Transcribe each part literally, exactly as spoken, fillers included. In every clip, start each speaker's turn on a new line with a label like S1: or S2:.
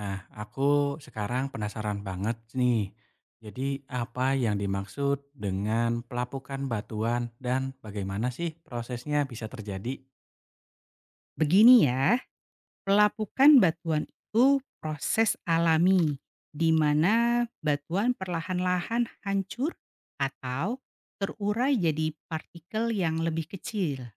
S1: Nah, aku sekarang penasaran banget nih. Jadi, apa yang dimaksud dengan pelapukan batuan dan bagaimana sih prosesnya bisa terjadi?
S2: Begini ya, pelapukan batuan itu proses alami di mana batuan perlahan-lahan hancur atau terurai jadi partikel yang lebih kecil.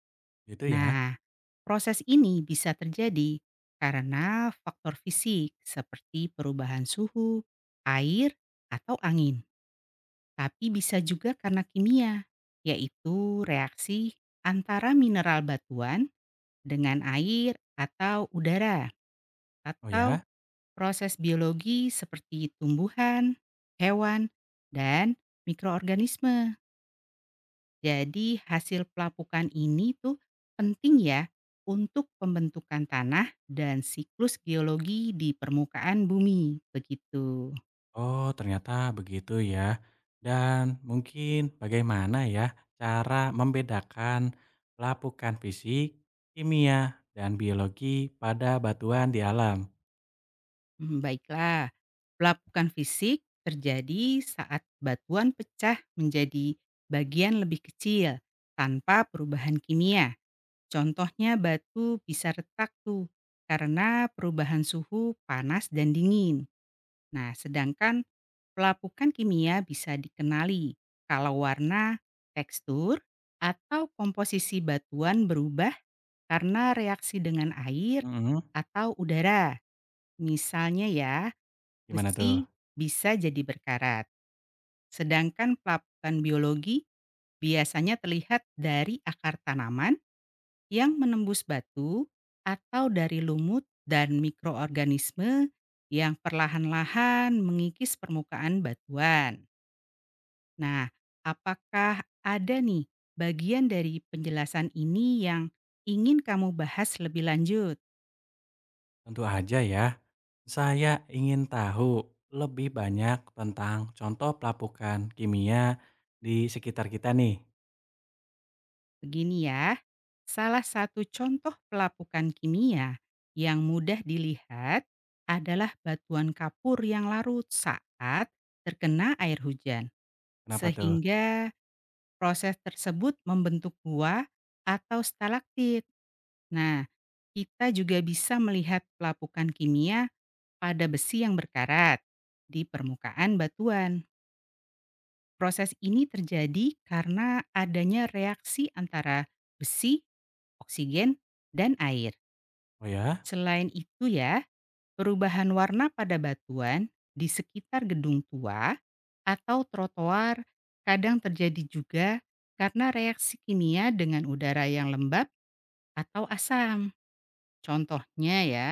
S1: Gitu ya.
S2: Nah, proses ini bisa terjadi karena faktor fisik seperti perubahan suhu, air, atau angin. Tapi bisa juga karena kimia, yaitu reaksi antara mineral batuan dengan air atau udara
S1: Oh
S2: atau
S1: ya?
S2: proses biologi seperti tumbuhan, hewan, dan mikroorganisme. Jadi hasil pelapukan ini tuh penting ya untuk pembentukan tanah dan siklus geologi di permukaan bumi. Begitu.
S1: Oh, ternyata begitu ya. Dan mungkin bagaimana ya cara membedakan pelapukan fisik, kimia, dan biologi pada batuan di alam?
S2: Hmm, baiklah, pelapukan fisik terjadi saat batuan pecah menjadi bagian lebih kecil tanpa perubahan kimia. Contohnya batu bisa retak tuh karena perubahan suhu panas dan dingin. Nah, sedangkan pelapukan kimia bisa dikenali kalau warna, tekstur, atau komposisi batuan berubah karena reaksi dengan air
S1: Mm-mm.
S2: atau udara. Misalnya ya,
S1: Gimana tuh?
S2: besi bisa jadi berkarat. Sedangkan pelapukan biologi biasanya terlihat dari akar tanaman yang menembus batu atau dari lumut dan mikroorganisme yang perlahan-lahan mengikis permukaan batuan. Nah, apakah ada nih bagian dari penjelasan ini yang ingin kamu bahas lebih lanjut?
S1: Tentu aja ya. Saya ingin tahu lebih banyak tentang contoh pelapukan kimia di sekitar kita nih.
S2: Begini ya, salah satu contoh pelapukan kimia yang mudah dilihat adalah batuan kapur yang larut saat terkena air hujan,
S1: Kenapa tuh?
S2: sehingga proses tersebut membentuk gua atau stalaktit. Nah, kita juga bisa melihat pelapukan kimia pada besi yang berkarat di permukaan batuan. Proses ini terjadi karena adanya reaksi antara besi, oksigen, dan air.
S1: Oh ya?
S2: Selain itu ya, perubahan warna pada batuan di sekitar gedung tua atau trotoar kadang terjadi juga karena reaksi kimia dengan udara yang lembab atau asam. Contohnya ya,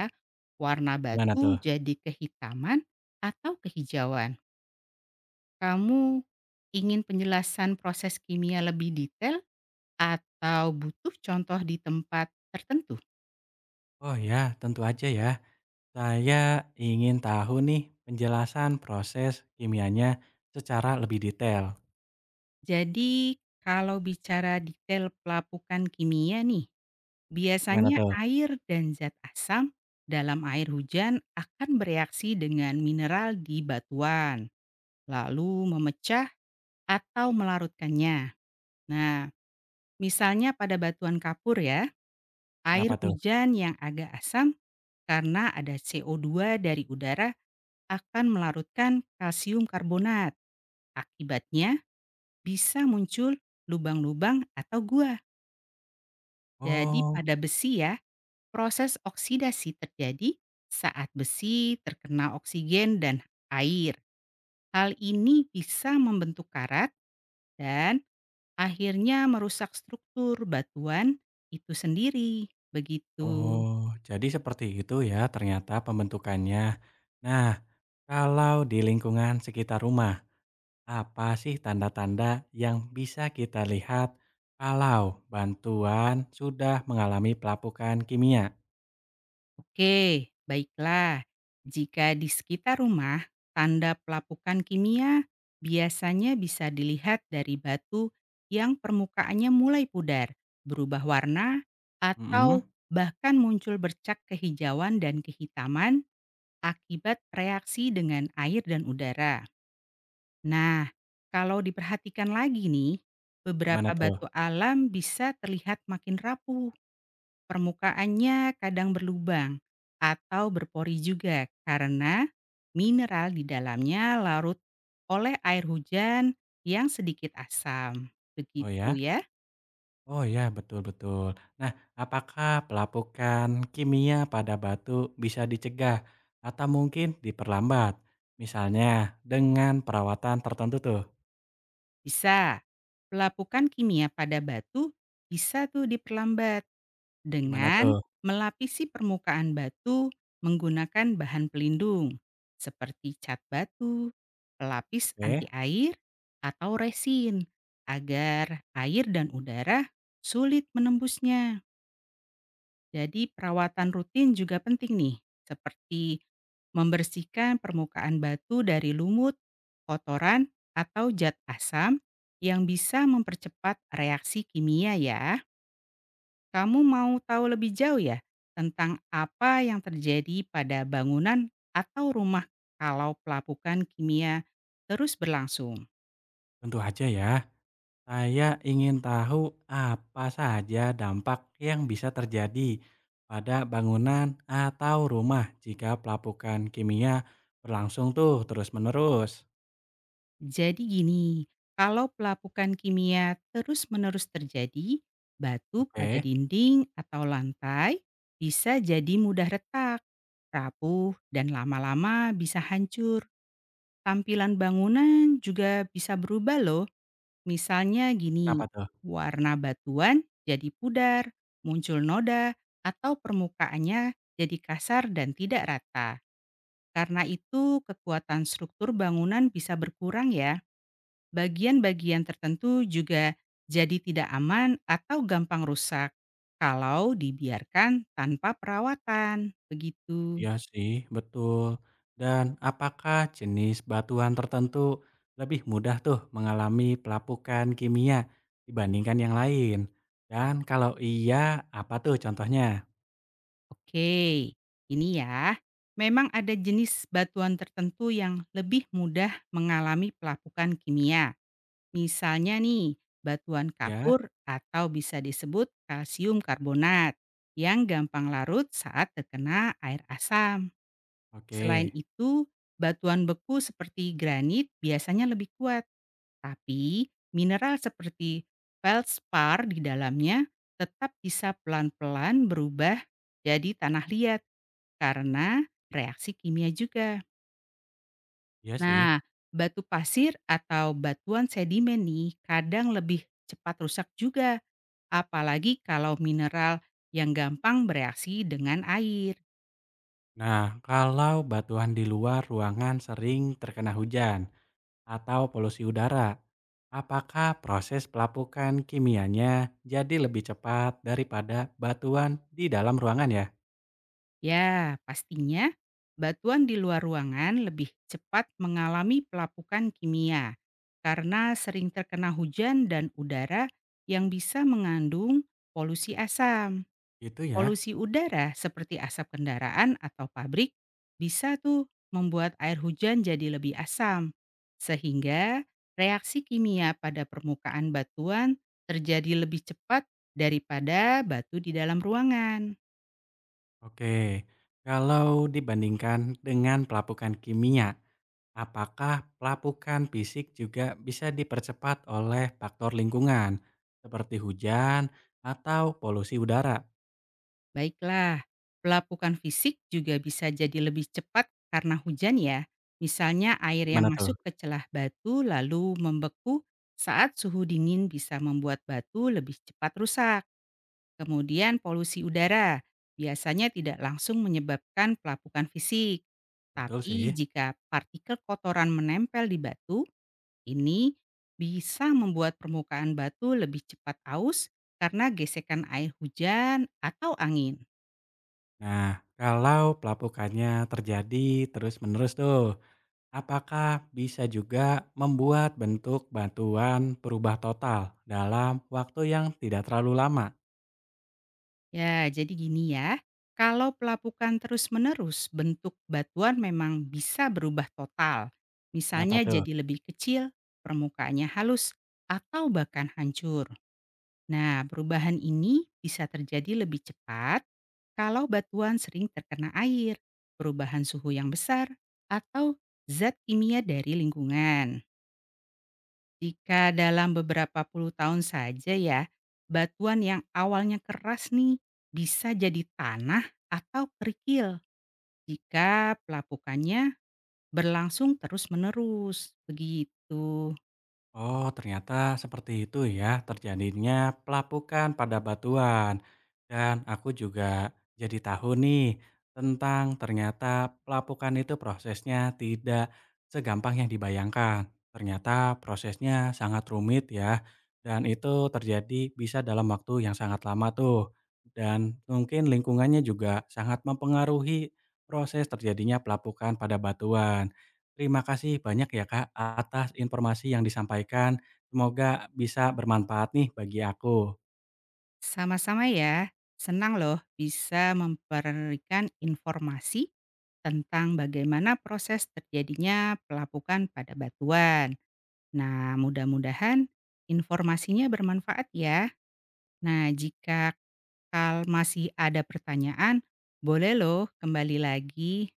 S2: warna
S1: Gimana
S2: batu
S1: tuh?
S2: jadi kehitaman atau kehijauan. Kamu ingin penjelasan proses kimia lebih detail atau butuh contoh di tempat tertentu?
S1: Oh ya, tentu aja ya. Saya ingin tahu nih penjelasan proses kimianya secara lebih detail.
S2: Jadi kalau bicara detail pelapukan kimia nih,
S1: Gimana
S2: biasanya
S1: tuh?
S2: air dan zat asam dalam air hujan akan bereaksi dengan mineral di batuan, lalu memecah atau melarutkannya. Nah, misalnya pada batuan kapur ya,
S1: Kenapa
S2: air
S1: tuh?
S2: hujan yang agak asam karena ada C O dua dari udara akan melarutkan kalsium karbonat. Akibatnya bisa muncul lubang-lubang atau gua. Jadi
S1: Oh,
S2: pada besi ya, proses oksidasi terjadi saat besi terkena oksigen dan air. Hal ini bisa membentuk karat dan akhirnya merusak struktur batuan itu sendiri. Begitu.
S1: oh, jadi seperti itu ya ternyata pembentukannya. Nah, kalau di lingkungan sekitar rumah, apa sih tanda-tanda yang bisa kita lihat kalau bantuan sudah mengalami pelapukan kimia?
S2: Oke, baiklah. Jika di sekitar rumah, tanda pelapukan kimia biasanya bisa dilihat dari batu yang permukaannya mulai pudar, berubah warna, atau
S1: Mhm,
S2: bahkan muncul bercak kehijauan dan kehitaman akibat reaksi dengan air dan udara. Nah, kalau diperhatikan lagi nih,
S1: gimana
S2: beberapa batu
S1: tuh?
S2: alam bisa terlihat makin rapuh. Permukaannya kadang berlubang atau berpori juga karena mineral di dalamnya larut oleh air hujan yang sedikit asam.
S1: Oh ya?
S2: Begitu ya.
S1: Oh ya, betul betul. Nah, apakah pelapukan kimia pada batu bisa dicegah atau mungkin diperlambat? Misalnya dengan perawatan tertentu tuh.
S2: Bisa. Pelapukan kimia pada batu bisa tuh diperlambat
S1: Gimana
S2: dengan
S1: tuh?
S2: melapisi permukaan batu menggunakan bahan pelindung seperti cat batu, pelapis anti
S1: Oke,
S2: air, atau resin agar air dan udara sulit menembusnya. Jadi perawatan rutin juga penting nih, seperti membersihkan permukaan batu dari lumut, kotoran, atau zat asam yang bisa mempercepat reaksi kimia ya. Kamu mau tahu lebih jauh ya tentang apa yang terjadi pada bangunan atau rumah kalau pelapukan kimia terus berlangsung.
S1: tentu aja ya. Saya ingin tahu apa saja dampak yang bisa terjadi pada bangunan atau rumah jika pelapukan kimia berlangsung tuh terus-menerus.
S2: Jadi gini, kalau pelapukan kimia terus-menerus terjadi, batu pada
S1: Oke,
S2: dinding atau lantai bisa jadi mudah retak, rapuh, dan lama-lama bisa hancur. Tampilan bangunan juga bisa berubah loh. Misalnya
S1: kenapa
S2: gini,
S1: tuh?
S2: warna batuan jadi pudar, muncul noda, atau permukaannya jadi kasar dan tidak rata. Karena itu kekuatan struktur bangunan bisa berkurang ya. Bagian-bagian tertentu juga jadi tidak aman atau gampang rusak kalau dibiarkan tanpa perawatan. Begitu.
S1: Iya sih, betul. Dan apakah jenis batuan tertentu lebih mudah tuh mengalami pelapukan kimia dibandingkan yang lain? Dan kalau iya, apa tuh contohnya?
S2: Oke, ini ya. Memang ada jenis batuan tertentu yang lebih mudah mengalami pelapukan kimia. Misalnya nih, batuan
S1: Ya,
S2: kapur atau bisa disebut kalsium karbonat yang gampang larut saat terkena air asam.
S1: oke.
S2: Selain itu, batuan beku seperti granit biasanya lebih kuat, tapi mineral seperti feldspar di dalamnya tetap bisa pelan-pelan berubah jadi tanah liat karena reaksi kimia juga.
S1: Iya sih.
S2: Nah, batu pasir atau batuan sedimen nih kadang lebih cepat rusak juga, apalagi kalau mineral yang gampang bereaksi dengan air.
S1: Nah, kalau batuan di luar ruangan sering terkena hujan atau polusi udara, apakah proses pelapukan kimianya jadi lebih cepat daripada batuan di dalam ruangan ya?
S2: Ya, pastinya batuan di luar ruangan lebih cepat mengalami pelapukan kimia karena sering terkena hujan dan udara yang bisa mengandung polusi asam.
S1: Itu ya.
S2: Polusi udara seperti asap kendaraan atau pabrik bisa tuh membuat air hujan jadi lebih asam. Sehingga reaksi kimia pada permukaan batuan terjadi lebih cepat daripada batu di dalam ruangan.
S1: Oke. Kalau dibandingkan dengan pelapukan kimia, apakah pelapukan fisik juga bisa dipercepat oleh faktor lingkungan seperti hujan atau polusi udara?
S2: Baiklah, pelapukan fisik juga bisa jadi lebih cepat karena hujan ya. Misalnya air yang
S1: Gimana tuh?
S2: masuk ke celah batu lalu membeku saat suhu dingin bisa membuat batu lebih cepat rusak. Kemudian polusi udara biasanya tidak langsung menyebabkan pelapukan fisik,
S1: Betul
S2: tapi
S1: sih.
S2: jika partikel kotoran menempel di batu, ini bisa membuat permukaan batu lebih cepat aus karena gesekan air hujan atau angin.
S1: Nah, kalau pelapukannya terjadi terus-menerus tuh, apakah bisa juga membuat bentuk bantuan berubah total dalam waktu yang tidak terlalu lama?
S2: Ya, jadi gini ya. Kalau pelapukan terus-menerus, bentuk batuan memang bisa berubah total.
S1: Kenapa
S2: Misalnya
S1: tuh?
S2: jadi lebih kecil, permukaannya halus, atau bahkan hancur. Nah, perubahan ini bisa terjadi lebih cepat kalau batuan sering terkena air, perubahan suhu yang besar, atau zat kimia dari lingkungan. Jika dalam beberapa puluh tahun saja ya, batuan yang awalnya keras nih bisa jadi tanah atau kerikil jika pelapukannya berlangsung terus-menerus. Begitu.
S1: Oh, ternyata seperti itu ya terjadinya pelapukan pada batuan. Dan aku juga jadi tahu nih tentang ternyata pelapukan itu prosesnya tidak segampang yang dibayangkan. Ternyata prosesnya sangat rumit ya. Dan itu terjadi bisa dalam waktu yang sangat lama tuh. Dan mungkin lingkungannya juga sangat mempengaruhi proses terjadinya pelapukan pada batuan. Terima kasih banyak ya Kak, atas informasi yang disampaikan. Semoga bisa bermanfaat nih bagi aku.
S2: Sama-sama ya, senang loh bisa memberikan informasi tentang bagaimana proses terjadinya pelapukan pada batuan. Nah, mudah-mudahan informasinya bermanfaat ya. Nah, jika kal masih ada pertanyaan, boleh loh kembali lagi